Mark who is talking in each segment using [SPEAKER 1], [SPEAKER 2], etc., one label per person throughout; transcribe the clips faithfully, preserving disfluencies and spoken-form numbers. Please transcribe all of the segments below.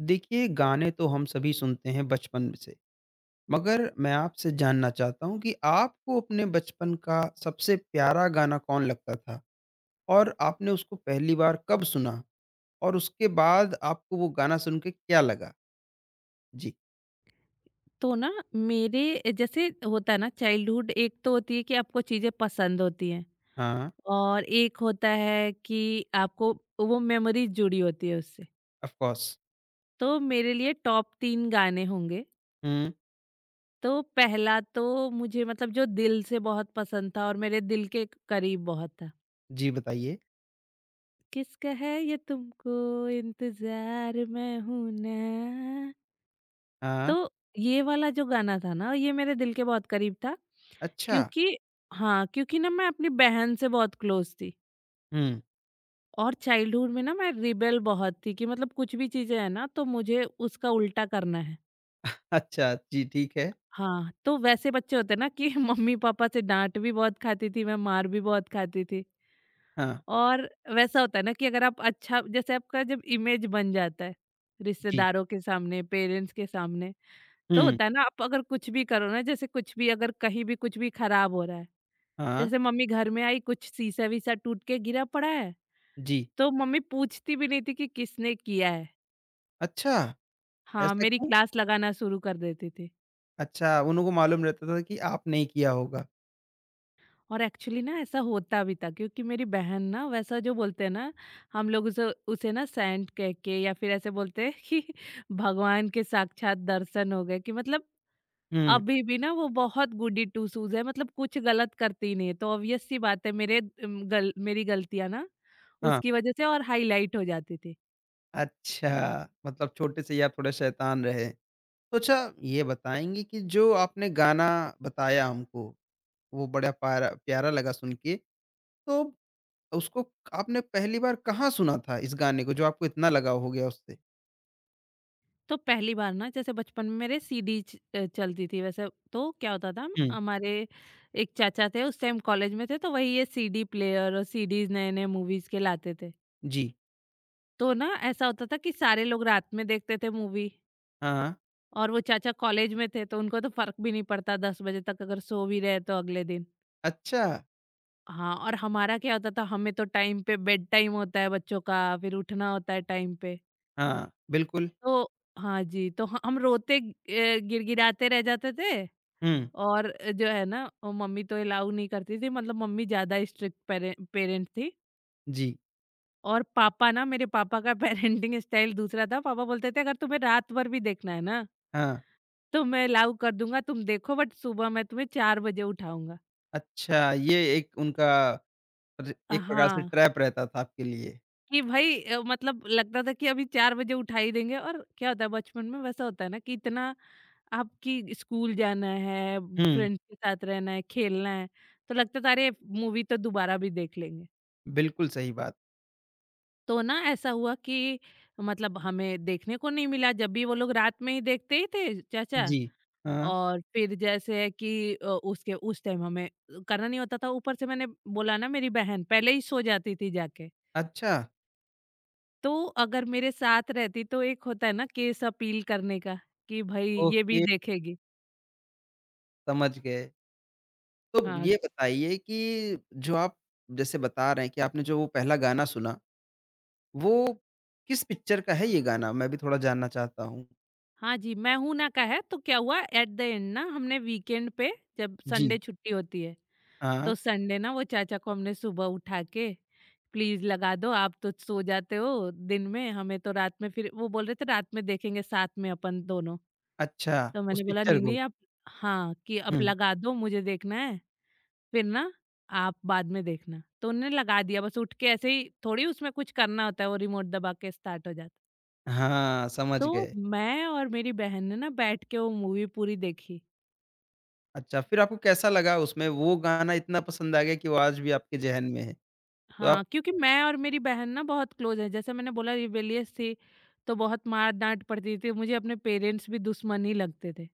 [SPEAKER 1] देखिए, गाने तो हम सभी सुनते हैं बचपन से, मगर मैं आपसे जानना चाहता हूँ कि आपको अपने बचपन का सबसे प्यारा गाना कौन लगता था? और आपने उसको पहली बार कब सुना? और उसके बाद आपको वो गाना सुन के क्या लगा? जी।
[SPEAKER 2] तो ना मेरे जैसे होता है ना चाइल्डहुड, एक तो होती है कि आपको चीजें पसंद होती हैं,
[SPEAKER 1] हाँ,
[SPEAKER 2] और एक होता है कि आपको वो मेमोरीज जुड़ी होती है उससे।
[SPEAKER 1] Of course.
[SPEAKER 2] तो मेरे लिए टॉप तीन गाने होंगे।
[SPEAKER 1] हुँ।
[SPEAKER 2] तो पहला तो मुझे मतलब जो दिल से बहुत पसंद था और मेरे दिल के करीब बहुत था,
[SPEAKER 1] जी, बताइए।
[SPEAKER 2] किसका है ये, तुमको इंतजार मैं हूं ना।
[SPEAKER 1] हाँ।
[SPEAKER 2] तो ये वाला जो गाना था ना, ये मेरे दिल के बहुत करीब था,
[SPEAKER 1] अच्छा।
[SPEAKER 2] क्योंकि हाँ, क्योंकि ना मैं अपनी बहन से बहुत क्लोज़ थी।
[SPEAKER 1] हुँ।
[SPEAKER 2] और चाइल्डहुड में ना मैं रिबेल बहुत थी कि मतलब कुछ भी चीज़ें हैं ना, तो मुझे उसका उल्टा करना है।
[SPEAKER 1] अच्छा, जी, ठीक है।
[SPEAKER 2] हाँ, तो वैसे बच्चे होते हैं ना कि मम्मी-पापा से डाँट भी बहुत खाती थी मैं, मार भी बहुत खाती थी।
[SPEAKER 1] हाँ।
[SPEAKER 2] और वैसा होता है ना कि अगर आप अच्छा जैसे आपका जब इमेज बन जाता है,
[SPEAKER 1] जी।
[SPEAKER 2] रिश्तेदारों के सामने, पेरेंट्स के सामने, तो
[SPEAKER 1] हुँ।
[SPEAKER 2] होता है ना आप अगर कुछ भी करो ना, जैसे कुछ भी अगर कहीं भी कुछ भी खराब हो रहा है,
[SPEAKER 1] हाँ।
[SPEAKER 2] जैसे मम्मी घर में आई कुछ शीशा-वीसा टूट के गिरा पड़ा है,
[SPEAKER 1] जी।
[SPEAKER 2] तो मम्मी पूछती भी नहीं थी कि किसने किया है।
[SPEAKER 1] अच्छा,
[SPEAKER 2] हाँ,
[SPEAKER 1] ऐसा
[SPEAKER 2] मेरी
[SPEAKER 1] क्यों?
[SPEAKER 2] क्लास लगाना शुरू कर देती थी।
[SPEAKER 1] अच्छा, उन्हों को मालूम रहता था कि आपने ही किया होगा।
[SPEAKER 2] और एक्चुअली ना ऐसा होता भी था क्योंकि मेरी बहन ना वैसा जो बोलते हैं ना, हम लोग उसे उसे ना सेंट कह के या फिर ऐसे बोलते हैं कि भगवान के साक्षात दर्शन हो गए, कि मतलब
[SPEAKER 1] हुँ।
[SPEAKER 2] अभी भी ना वो बहुत गुडी टू शूज है, मतलब कुछ गलत करती ही नहीं है। तो ऑब्वियस सी बात है, मेरे अम, गल मेरी गलतियाँ ना
[SPEAKER 1] हाँ।
[SPEAKER 2] उसकी वजह से और हाईलाइट हो जाती थी।
[SPEAKER 1] अच्छा, मतलब छोटे से ही आप थोड़े शैतान रहे। तो अच्छा ये बताएँगी कि जो आपने गाना बताया हमको, वो बड़ा पारा प्यारा लगा सुन के, तो उसको आपने पहली बार कहाँ सुना था इस गाने को जो आपको इतना लगाव हो गया उससे?
[SPEAKER 2] तो पहली बार ना, जैसे बचपन में मेरे सीडी च अ, चलती थी, वैसे तो क्या होता था
[SPEAKER 1] हुँ,
[SPEAKER 2] हमारे, एक चाचा थे उस टाइम कॉलेज में थे, तो वही ये सीडी प्लेयर और सीडीज़ नए-नए मूवीज़ के लाते थे।
[SPEAKER 1] जी,
[SPEAKER 2] तो ना ऐसा होता था कि सारे लोग रात में देखते थे मूवी।
[SPEAKER 1] हाँ।
[SPEAKER 2] और वो चाचा कॉलेज में थे, तो उनको तो फ़र्क भी नहीं पड़ता दस बजे तक अगर सो भी रहे तो अगले दिन।
[SPEAKER 1] अच्छा,
[SPEAKER 2] हाँ, और हमारा क्या होता था, हमें तो टाइम पे बेड टाइम होता है बच्चों का, फिर उठना होता है टाइम पे।
[SPEAKER 1] हाँ, बिल्कुल,
[SPEAKER 2] तो हाँ जी, तो ह हम रोते अ, गिड़गिड़ाते रह जाते थे।
[SPEAKER 1] हुँ,
[SPEAKER 2] और अ, जो है ना, अ, मम्मी तो अलाउ नहीं करती थी, मतलब मम्मी ज़्यादा स्ट्रिक्ट पेरे पेरेंट थी।
[SPEAKER 1] जी,
[SPEAKER 2] और पापा ना, मेरे पापा का पेरेंटिंग स्टाइल दूसरा था, पापा बोलते थे अगर तुम्हें रात भर भी देखना है ना,
[SPEAKER 1] हाँ।
[SPEAKER 2] तो मैं अलाउ कर दूँगा, तुम देखो बट सुबह मैं तुम्हें चार बजे उठाऊँगा।
[SPEAKER 1] अच्छा, ये एक उनका र
[SPEAKER 2] अ,
[SPEAKER 1] एक प्रकार से
[SPEAKER 2] हाँ।
[SPEAKER 1] ट्रैप रहता था आपके लिए।
[SPEAKER 2] कि भाई अ, मतलब लगता था कि अभी चार बजे उठा ही देंगे, और क्या होता है बचपन में वैसा होता है ना कि इतना आपकी स्कूल जाना है,
[SPEAKER 1] हुँ,
[SPEAKER 2] फ्रेंड्स के साथ रहना है, खेलना है, तो लगता था अरे मूवी तो दोबारा भी देख लेंगे।
[SPEAKER 1] बिल्कुल सही बात।
[SPEAKER 2] तो ना ऐसा हुआ कि मतलब हमें देखने को नहीं मिला, जब भी वो लोग रात में ही देखते ही थे चाचा।
[SPEAKER 1] जी, हाँ।
[SPEAKER 2] और फिर जैसे है कि अ, उसके उस टाइम हमें करना नहीं होता था, ऊपर से मैंने बोला ना मेरी बहन पहले ही सो जाती थी जाके।
[SPEAKER 1] अच्छा,
[SPEAKER 2] तो अगर मेरे साथ रहती, तो एक होता है ना केस अपील करने का, कि भाई ये भी
[SPEAKER 1] ओके,
[SPEAKER 2] देखेगी।
[SPEAKER 1] समझ गए। तो
[SPEAKER 2] हाँ
[SPEAKER 1] ये
[SPEAKER 2] जी,
[SPEAKER 1] बताइए कि जो आप जैसे बता रहे हैं कि आपने जो वो पहला गाना सुना, वो किस पिक्चर का है ये गाना? मैं भी थोड़ा जानना चाहता हूँ।
[SPEAKER 2] हाँ जी। मैं हूं ना का है, तो क्या हुआ एट द एंड ना, हमने वीकेंड पे जब
[SPEAKER 1] जी।
[SPEAKER 2] संडे छुट्टी होती है,
[SPEAKER 1] हाँ।
[SPEAKER 2] तो संडे ना वो चाचा को हमने सुबह उठा के, प्लीज लगा दो, आप तो सो जाते हो दिन में, हमें तो रात में, फिर वो बोल रहे थे रात में देखेंगे साथ में अपन दोनों,
[SPEAKER 1] अच्छा,
[SPEAKER 2] तो
[SPEAKER 1] उस
[SPEAKER 2] मैंने बोला
[SPEAKER 1] पिक्चर
[SPEAKER 2] नहीं
[SPEAKER 1] को।
[SPEAKER 2] नहीं आप, हाँ कि अब
[SPEAKER 1] हुँ।
[SPEAKER 2] लगा दो मुझे देखना है। फिर ना आप बाद में देखना। तो उन्होंने लगा दिया, बस उठ के ऐसे ही थोड़ी उसमें कुछ करना होता है, वो रिमोट दबा के स्टार्ट हो जाता।
[SPEAKER 1] हाँ, समझ
[SPEAKER 2] तो
[SPEAKER 1] गए।
[SPEAKER 2] मैं और मेरी बहन ने ना बैठ के वो मूवी पूरी देखी।
[SPEAKER 1] अच्छा, फिर आपको कैसा लगा उसमें? वो गाना इतना पसंद आ गया कि वो आज भी आपके ज़हन में है। तो आप
[SPEAKER 2] हाँ, क्योंकि मैं और मेरी बहन ना बहुत क्लोज़ हैं। जैसे मैंने बोला रिबेलियस थी, तो बहुत मार-डाँट पड़ती थी। मुझे अपने पेरेंट्स भी दुश्मन ही लगते थे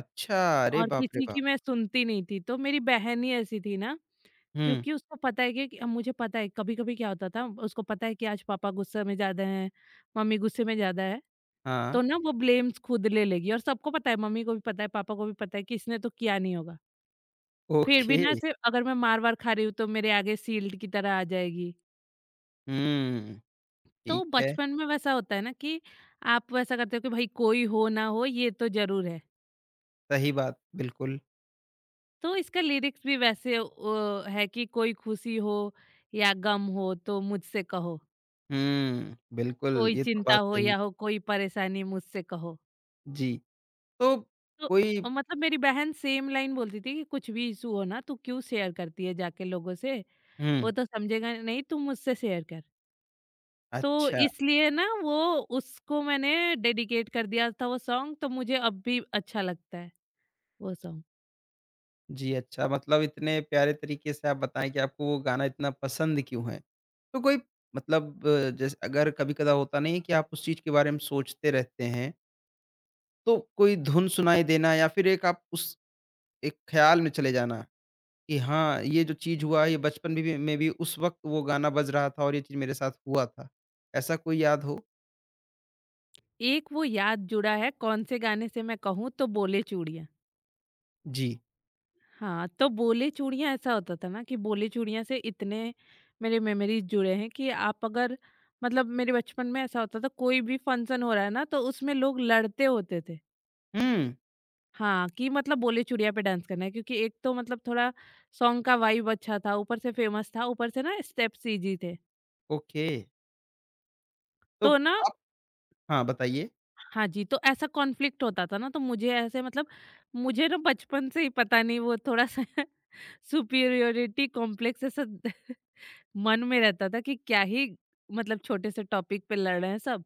[SPEAKER 1] अच्छा, अरे
[SPEAKER 2] और
[SPEAKER 1] बाप रे
[SPEAKER 2] किसी
[SPEAKER 1] बाप!
[SPEAKER 2] की मैं सुनती नहीं थी। तो मेरी बहन ही ऐसी थी ना,
[SPEAKER 1] हुँ,
[SPEAKER 2] क्योंकि उसको पता है कि कि- मुझे पता है, कभी-कभी क्या होता था, उसको पता है कि आज पापा गुस्से में ज़्यादा हैं, मम्मी गुस्से में ज़्यादा है।
[SPEAKER 1] हाँ,
[SPEAKER 2] तो ना वो ब्लेम्स खुद ले लेगी, और सबको पता है, मम्मी को भी पता है, पापा को भी पता है कि इसने तो किया नहीं होगा। फिर भी
[SPEAKER 1] ओके।
[SPEAKER 2] ना ऐसे अगर मैं मार-वार खा रही हूँ तो मेरे आगे शील्ड की तरह आ जाएगी।
[SPEAKER 1] हुँ,
[SPEAKER 2] तो
[SPEAKER 1] ठीक है।
[SPEAKER 2] बचपन में वैसा होता है ना कि आप वैसा करते हो कि भाई कोई हो ना हो, ये तो ज़रूर है।
[SPEAKER 1] सही बात, बिल्कुल।
[SPEAKER 2] तो इसका लिरिक्स भी वैसे ओ है कि कोई खुशी हो या गम हो तो मुझसे कहो,
[SPEAKER 1] हुँ, बिल्कुल,
[SPEAKER 2] कोई
[SPEAKER 1] ये तो
[SPEAKER 2] चिंता
[SPEAKER 1] बात
[SPEAKER 2] हो
[SPEAKER 1] सही।
[SPEAKER 2] या हो कोई परेशानी मुझसे कहो।
[SPEAKER 1] जी। तो
[SPEAKER 2] तो
[SPEAKER 1] कोई
[SPEAKER 2] अ, मतलब मेरी बहन सेम लाइन बोलती थी कि कुछ भी इश्यू हो ना तू क्यों शेयर करती है जाके लोगों से? वो
[SPEAKER 1] हुँ।
[SPEAKER 2] तो समझेगा नहीं, तू मुझसे शेयर कर। तो
[SPEAKER 1] अच्छा,
[SPEAKER 2] इसलिए ना वो उसको मैंने डेडिकेट कर दिया था वो सॉन्ग, तो मुझे अब भी अच्छा लगता है वो सॉन्ग।
[SPEAKER 1] जी अच्छा, मतलब इतने प्यारे तरीके से आप बताएँ कि आपको वो गाना इतना पसंद क्यों है? तो कोई मतलब अ, जैसे अगर कभी-कदा होता नहीं है कि आप उस चीज़ के बारे में सोचते रहते हैं, तो कोई धुन सुनाई देना या फिर एक आप उस एक ख़्याल में चले जाना कि हाँ, ये जो चीज़ हुआ ये बचपन में भी में भी उस वक़्त वो गाना बज रहा था और ये चीज़ मेरे साथ हुआ था। ऐसा कोई याद हो?
[SPEAKER 2] एक वो याद जुड़ा है, कौन से गाने से मैं कहूँ तो, बोले चूड़ियाँ।
[SPEAKER 1] जी।
[SPEAKER 2] हाँ, तो बोले चूड़ियाँ ऐसा होता था ना कि बोले चूड़ियाँ से इतने मेरे मेमोरीज़ जुड़े हैं कि आप अगर मतलब, मेरे बचपन में ऐसा होता था कोई भी फंक्शन हो रहा है ना, तो उसमें लोग लड़ते होते थे।
[SPEAKER 1] हुँ,
[SPEAKER 2] हाँ, कि मतलब बोले चूड़िया पे डांस करना है, क्योंकि एक तो मतलब थोड़ा सॉन्ग का वाइब अच्छा था, ऊपर से फेमस था, ऊपर से ना स्टेप्स ईज़ी थे।
[SPEAKER 1] ओके। तो
[SPEAKER 2] तो ना
[SPEAKER 1] आप हाँ, बताइए।
[SPEAKER 2] हाँ जी, तो ऐसा कॉन्फ्लिक्ट होता था ना, तो मुझे ऐसे मतलब मुझे ना बचपन से ही पता नहीं, वो थोड़ा-सा सुपीरियॉरिटी कॉम्प्लेक्स ऐसा मन में रहता था कि क्या ही मतलब छोटे से टॉपिक पे लड़ रहे हैं सब।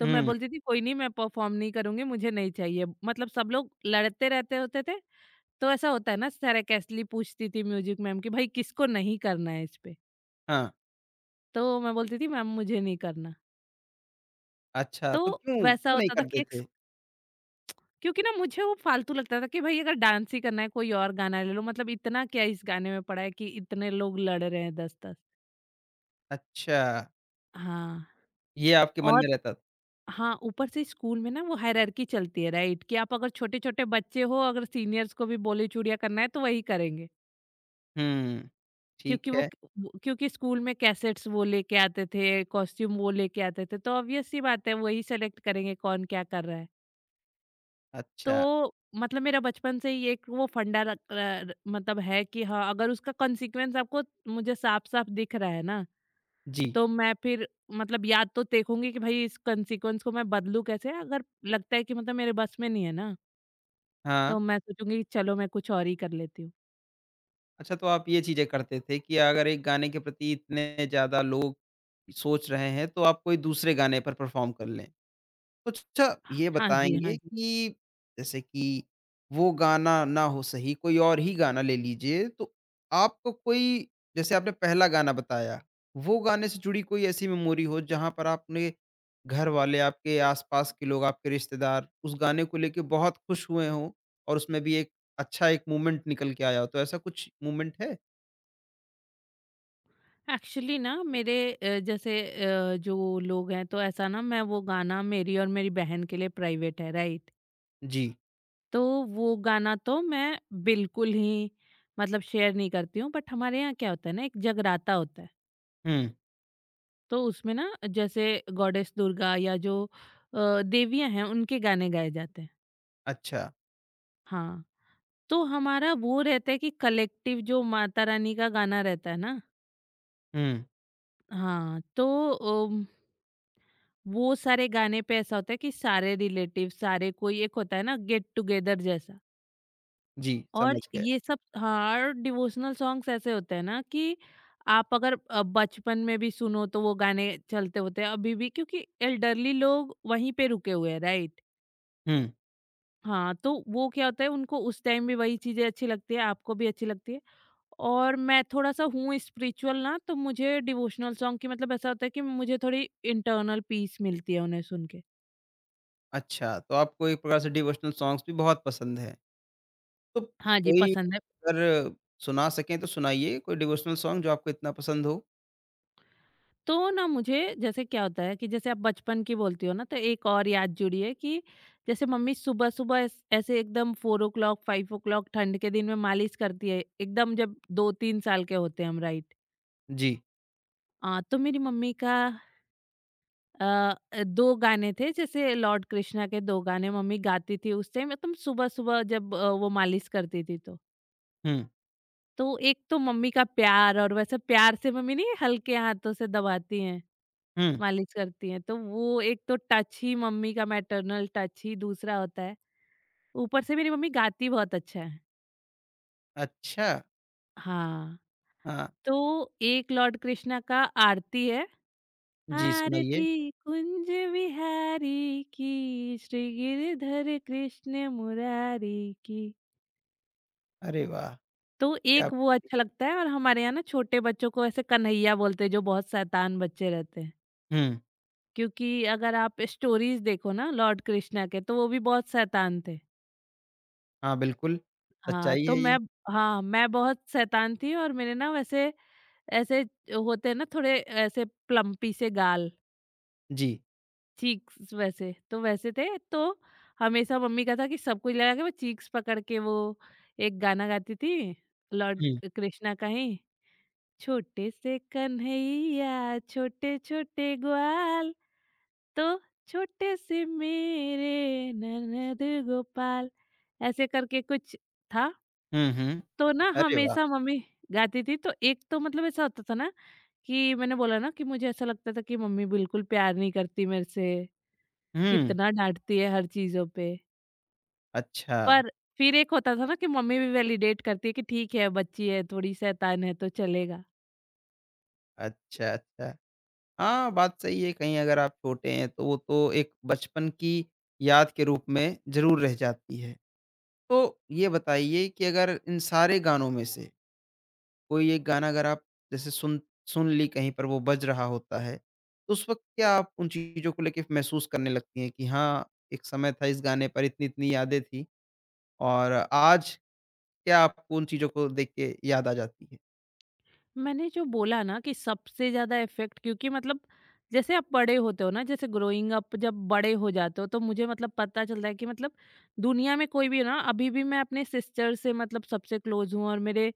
[SPEAKER 2] तो मैं
[SPEAKER 1] हुँ,
[SPEAKER 2] बोलती थी कोई नहीं मैं परफ़ॉर्म नहीं करूँगी, मुझे नहीं चाहिए। मतलब सब लोग लड़ते रहते होते थे, तो ऐसा होता है ना सरकैसली पूछती थी म्यूजिक मैम कि भाई किसको नहीं करना है इस पे?
[SPEAKER 1] हाँ।
[SPEAKER 2] तो मैं बोलती थी मैम मुझे नहीं करना।
[SPEAKER 1] अच्छा,
[SPEAKER 2] तो
[SPEAKER 1] तो क्यों
[SPEAKER 2] वैसा
[SPEAKER 1] क्यों नहीं
[SPEAKER 2] होता था कि
[SPEAKER 1] करते
[SPEAKER 2] एक्स
[SPEAKER 1] थे?
[SPEAKER 2] क्योंकि ना मुझे वो फालतू लगता था कि भाई अगर डांस ही करना है, कोई और गाना ले लो, मतलब इतना क्या इस गाने में पड़ा है कि इतने लोग लड़ रहे हैं दस दस।
[SPEAKER 1] अच्छा,
[SPEAKER 2] हाँ,
[SPEAKER 1] ये आपके मन
[SPEAKER 2] और
[SPEAKER 1] में रहता था।
[SPEAKER 2] हाँ, ऊपर से स्कूल में ना वो हायरार्की चलती है राइट? कि आप अगर छोटे-छोटे बच्चे हो, अगर सीनियर्स को भी बोली-चूड़ियाँ करना है तो वही करेंगे।
[SPEAKER 1] हुँ, ठीक
[SPEAKER 2] क्योंकि वो
[SPEAKER 1] है,
[SPEAKER 2] वो क्योंकि स्कूल में कैसेट्स वो लेके आते थे, कॉस्ट्यूम वो लेके आते थे, तो ऑब्वियस सी बात है वही सेलेक्ट करेंगे कौन क्या कर रहा है।
[SPEAKER 1] अच्छा।
[SPEAKER 2] तो मतलब मेरा बचपन से ही एक वो फंडा रख अ, र मतलब है कि हाँ, अगर उसका कॉन्सिक्वेंस आपको मुझे साफ-साफ दिख रहा है ना,
[SPEAKER 1] जी,
[SPEAKER 2] तो मैं फिर मतलब या तो देखूँगी कि भाई इस कॉन्सिक्वेंस को मैं बदलूँ कैसे? अगर लगता है कि मतलब मेरे बस में नहीं है ना,
[SPEAKER 1] हाँ।
[SPEAKER 2] तो मैं सोचूँगी चलो मैं कुछ और ही कर लेती हूँ।
[SPEAKER 1] अच्छा तो आप ये चीज़ें करते थे कि अगर एक गाने के प्रति इतने ज़्यादा लोग सोच रहे हैं, तो आप कोई दूसरे गाने पर परफ़ॉर्म कर लें। तो अच्छा ये
[SPEAKER 2] हाँ जी, हाँ
[SPEAKER 1] बताएँगे
[SPEAKER 2] जी।
[SPEAKER 1] कि जैसे कि वो गाना ना हो सही, कोई और ही गाना ले लीजिए, तो आपको कोई जैसे आपने पहला गाना बताया, वो गाने से जुड़ी कोई ऐसी मेमोरी हो जहाँ पर आपने घरवाले, आपके आस-पास के लोग, आपके रिश्तेदार उस गाने को लेके बहुत खुश हुए हों और उसमें भी एक अच्छा एक मोमेंट निकल के आया हो, तो ऐसा कुछ मोमेंट है?
[SPEAKER 2] एक्चुअली ना मेरे अ, जैसे अ, जो लोग हैं, तो ऐसा ना मैं वो गाना मेरी और मेरी बहन के लिए प्राइवेट है राइट।
[SPEAKER 1] जी।
[SPEAKER 2] तो वो गाना तो मैं बिल्कुल ही मतलब शेयर नहीं करती हूँ, बट हमारे यहाँ क्या होता है ना, एक जगराता होता है।
[SPEAKER 1] हुँ,
[SPEAKER 2] तो उसमें ना, जैसे गॉडेस दुर्गा या जो अ, देवियाँ हैं उनके गाने गाए जाते हैं।
[SPEAKER 1] अच्छा।
[SPEAKER 2] हाँ, तो हमारा वो रहता है कि कलेक्टिव जो माता रानी का गाना रहता है ना।
[SPEAKER 1] हुँ,
[SPEAKER 2] हाँ, तो वो सारे गाने पे ऐसा होता है कि सारे रिलेटिव सारे, कोई एक होता है ना गेट टुगेदर जैसा।
[SPEAKER 1] जी,
[SPEAKER 2] और
[SPEAKER 1] समझ गए।
[SPEAKER 2] ये सब, हाँ, और डिवोशनल सॉन्ग्स ऐसे होते हैं ना कि आप अगर अ, बचपन में भी सुनो, तो वो गाने चलते होते हैं अभी भी क्योंकि एल्डरली लोग वहीं पे रुके हुए हैं राइट।
[SPEAKER 1] हुँ,
[SPEAKER 2] हाँ, तो वो क्या होता है उनको उस टाइम भी वही चीजें अच्छी लगती है, आपको भी अच्छी लगती है। और मैं थोड़ा सा हूँ स्पिरिचुअल ना, तो मुझे डिवोशनल सॉन्ग की मतलब ऐसा होता है कि मुझे थोड़ी इंटरनल पीस मिलती है उन्हें सुन के।
[SPEAKER 1] अच्छा, तो आपको एक प्रकार से डिवोशनल सॉन्ग्स भी बहुत पसंद हैं। तो
[SPEAKER 2] हाँ जी,
[SPEAKER 1] कोई
[SPEAKER 2] पसंद है।
[SPEAKER 1] अगर सुना सकें तो सुनाइए कोई डिवोशनल सॉन्ग जो आपको इतना पसंद हो?
[SPEAKER 2] तो ना मुझे जैसे क्या होता है कि, जैसे आप बचपन की बोलती हो ना, तो एक और याद जुड़ी है कि जैसे मम्मी सुबह सुबह ऐस- ऐसे एकदम four o'clock five o'clock ठंड के दिन में मालिश करती है एकदम, जब दो तीन साल के होते हैं हम राइट।
[SPEAKER 1] जी।
[SPEAKER 2] आ, तो मेरी मम्मी का आ, दो गाने थे, जैसे लॉर्ड कृष्णा के दो गाने मम्मी गाती थी उस टाइम एकदम सुबह सुबह, जब आ, वो मालिश करती थी, तो
[SPEAKER 1] हुँ,
[SPEAKER 2] तो एक तो मम्मी का प्यार। और वैसे प्यार से मम्मी नहीं हल्के हाथों से दबाती हैं
[SPEAKER 1] हुँ,
[SPEAKER 2] मालिश करती हैं, तो वो एक तो टच ही मम्मी का मैटरनल टच ही दूसरा होता है। ऊपर से मेरी मम्मी गाती बहुत अच्छा है।
[SPEAKER 1] अच्छा।
[SPEAKER 2] हाँ,
[SPEAKER 1] हाँ,
[SPEAKER 2] तो एक लॉर्ड कृष्णा का आरती है।
[SPEAKER 1] जी सुनाइए।
[SPEAKER 2] आरती कुंज बिहारी की, श्री गिरधर कृष्ण मुरारी की।
[SPEAKER 1] अरे वाह!
[SPEAKER 2] तो
[SPEAKER 1] क्या
[SPEAKER 2] एक वो अच्छा लगता है और हमारे यहाँ ना छोटे बच्चों को ऐसे कन्हैया बोलते हैं जो बहुत शैतान बच्चे रहते हैं।
[SPEAKER 1] हुँ,
[SPEAKER 2] क्योंकि अगर आप स्टोरीज देखो ना लॉर्ड कृष्णा के तो वो भी बहुत शैतान थे।
[SPEAKER 1] हाँ, बिल्कुल,
[SPEAKER 2] हाँ,
[SPEAKER 1] सच्चाई
[SPEAKER 2] तो
[SPEAKER 1] है ये।
[SPEAKER 2] मैं, हाँ, मैं बहुत शैतान थी और मेरे ना वैसे ऐसे होते हैं ना थोड़े ऐसे प्लम्पी से गाल,
[SPEAKER 1] जी।
[SPEAKER 2] चीक्स वैसे, तो वैसे थे तो हमेशा मम्मी का था कि सब कुछ लगा के मैं चीक्स पकड़ के वो एक गाना गाती थी, लॉर्ड
[SPEAKER 1] हुँ,
[SPEAKER 2] कृष्णा का ही, छोटे से कन्हैया छोटे-छोटे ग्वाल, तो छोटे से मेरे ननद गोपाल, ऐसे करके कुछ था।
[SPEAKER 1] हुँ, हुँ।
[SPEAKER 2] तो ना
[SPEAKER 1] अरे वाह!
[SPEAKER 2] हमेशा मम्मी गाती थी तो एक तो मतलब ऐसा होता था ना कि मैंने बोला ना कि मुझे ऐसा लगता था कि मम्मी बिल्कुल प्यार नहीं करती मेरे से,
[SPEAKER 1] हुँ,
[SPEAKER 2] कितना डाँटती है हर चीज़ों पे।
[SPEAKER 1] अच्छा,
[SPEAKER 2] पर फिर एक होता था ना कि मम्मी भी वैलिडेट करती है कि ठीक है बच्ची है, थोड़ी शैतान है तो चलेगा।
[SPEAKER 1] अच्छा, अच्छा। हाँ, बात सही है कहीं अगर आप छोटे हैं तो वो तो एक बचपन की याद के रूप में ज़रूर रह जाती है। तो ये बताइए कि अगर इन सारे गानों में से कोई एक गाना अगर आप जैसे सुन सुन ली कहीं पर वो बज रहा होता है, तो उस वक़्त क्या आप उन चीज़ों को लेके महसूस करने लगती हैं कि हाँ, एक समय था इस गाने पर इतनी-इतनी यादें थी और आज क्या आपको उन चीज़ों को देख के याद आ जाती है?
[SPEAKER 2] मैंने जो बोला ना कि सबसे ज्यादा इफेक्ट क्योंकि मतलब जैसे आप बड़े होते हो ना जैसे ग्रोइंग अप जब बड़े हो जाते हो तो मुझे मतलब पता चलता है कि मतलब दुनिया में कोई भी हो ना अभी भी मैं अपने सिस्टर से मतलब सबसे क्लोज हूँ और मेरे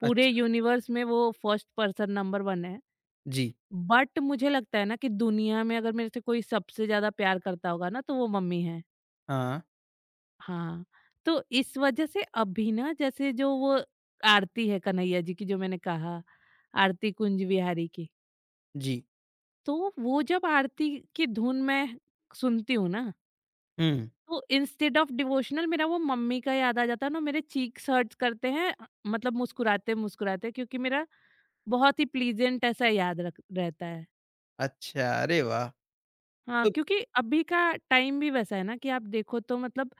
[SPEAKER 2] पूरे
[SPEAKER 1] अच्छा,
[SPEAKER 2] यूनिवर्स में वो फर्स्ट पर्सन नंबर वन है।
[SPEAKER 1] जी,
[SPEAKER 2] बट मुझे लगता है ना कि दुनिया में अगर मेरे से कोई सबसे ज्यादा प्यार करता होगा ना तो वो मम्मी है।
[SPEAKER 1] हाँ,
[SPEAKER 2] हाँ, तो इस वजह से अभी ना जैसे जो वो आरती है कन्हैया जी की जो मैंने कहा आरती कुंज विहारी की,
[SPEAKER 1] जी,
[SPEAKER 2] तो वो जब आरती की धुन मैं सुनती हूँ ना,
[SPEAKER 1] हुँ,
[SPEAKER 2] तो इंस्टेड ऑफ डिवोशनल मेरा वो मम्मी का याद आ जाता है ना मेरे चीक्स हर्ट्स करते हैं अ, मतलब मुस्कुराते-मुस्कुराते क्योंकि मेरा बहुत ही प्लीज़ेंट ऐसा याद रख रहता है।
[SPEAKER 1] अच्छा, अरे वाह!
[SPEAKER 2] हाँ,
[SPEAKER 1] तो
[SPEAKER 2] क्योंकि अभी का टाइम भी वैसा है ना कि आप देखो तो मतलब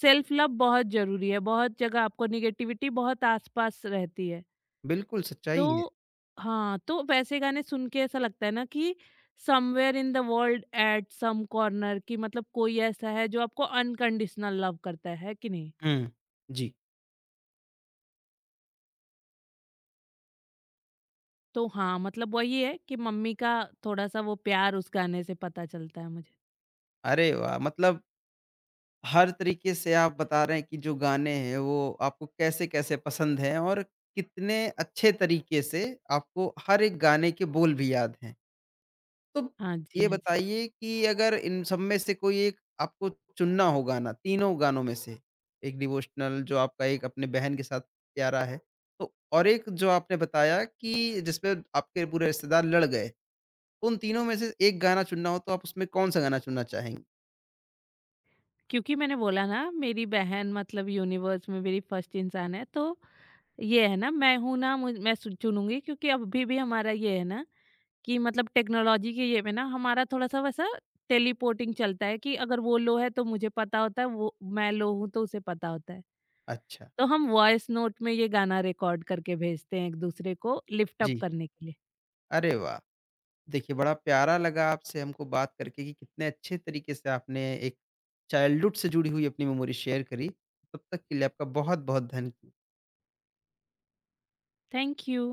[SPEAKER 2] सेल्फ लव बहुत ज़रूरी है, बहुत जगह आपको नेगेटिविटी बहुत आस-पास रहती है।
[SPEAKER 1] बिल्कुल
[SPEAKER 2] तो
[SPEAKER 1] सच्चाई है।
[SPEAKER 2] हाँ, तो वैसे गाने सुन के ऐसा लगता है ना कि somewhere in the world at some corner कि मतलब कोई ऐसा है जो आपको अनकंडीशनल लव करता है कि नहीं?
[SPEAKER 1] हुँ, जी,
[SPEAKER 2] तो हाँ, मतलब वही है कि मम्मी का थोड़ा-सा वो प्यार उस गाने से पता चलता है मुझे।
[SPEAKER 1] अरे वाह! मतलब हर तरीके से आप बता रहे हैं कि जो गाने हैं वो आपको कैसे-कैसे पसंद हैं और कितने अच्छे तरीके से आपको हर एक गाने के बोल भी याद हैं। तो
[SPEAKER 2] हाँ जी,
[SPEAKER 1] ये
[SPEAKER 2] हाँ जी।
[SPEAKER 1] बताइए कि अगर इन सब में से कोई एक आपको चुनना हो गाना, तीनों गानों में से, एक डिवोशनल जो आपका एक अपने बहन के साथ प्यारा है, तो और एक जो आपने बताया कि जिसपे आपके पूरे रिश्तेदार लड़ गए, तो उन तीनों में से एक गाना चुनना हो तो आप उसमें कौन-सा गाना चुनना चाहेंगी?
[SPEAKER 2] क्योंकि मैंने बोला ना मेरी बहन मतलब यूनिवर्स में मेरी फर्स्ट इंसान है तो ये है ना मैं हूँ ना मुझ मैं सु चुनूँगी क्योंकि अभी भी हमारा ये है ना कि मतलब टेक्नोलॉजी के ये में ना हमारा थोड़ा-सा वैसा टेलीपोर्टिंग चलता है कि अगर वो लो है तो मुझे पता होता है, वो मैं लो हूँ तो उसे पता होता है।
[SPEAKER 1] अच्छा,
[SPEAKER 2] तो हम वॉइस नोट में ये गाना रिकॉर्ड करके भेजते हैं एक-दूसरे को लिफ्ट अप
[SPEAKER 1] जी।
[SPEAKER 2] करने के लिए।
[SPEAKER 1] अरे वाह! देखिए, बड़ा प्यारा लगा आपसे हमको बात करके कि कितने अच्छे तरीके से आपने एक चाइल्डहुड से जुड़ी हुई अपनी मेमोरी शेयर करी। तब तक के लिए आपका बहुत-बहुत धन्य
[SPEAKER 2] थैंक यू।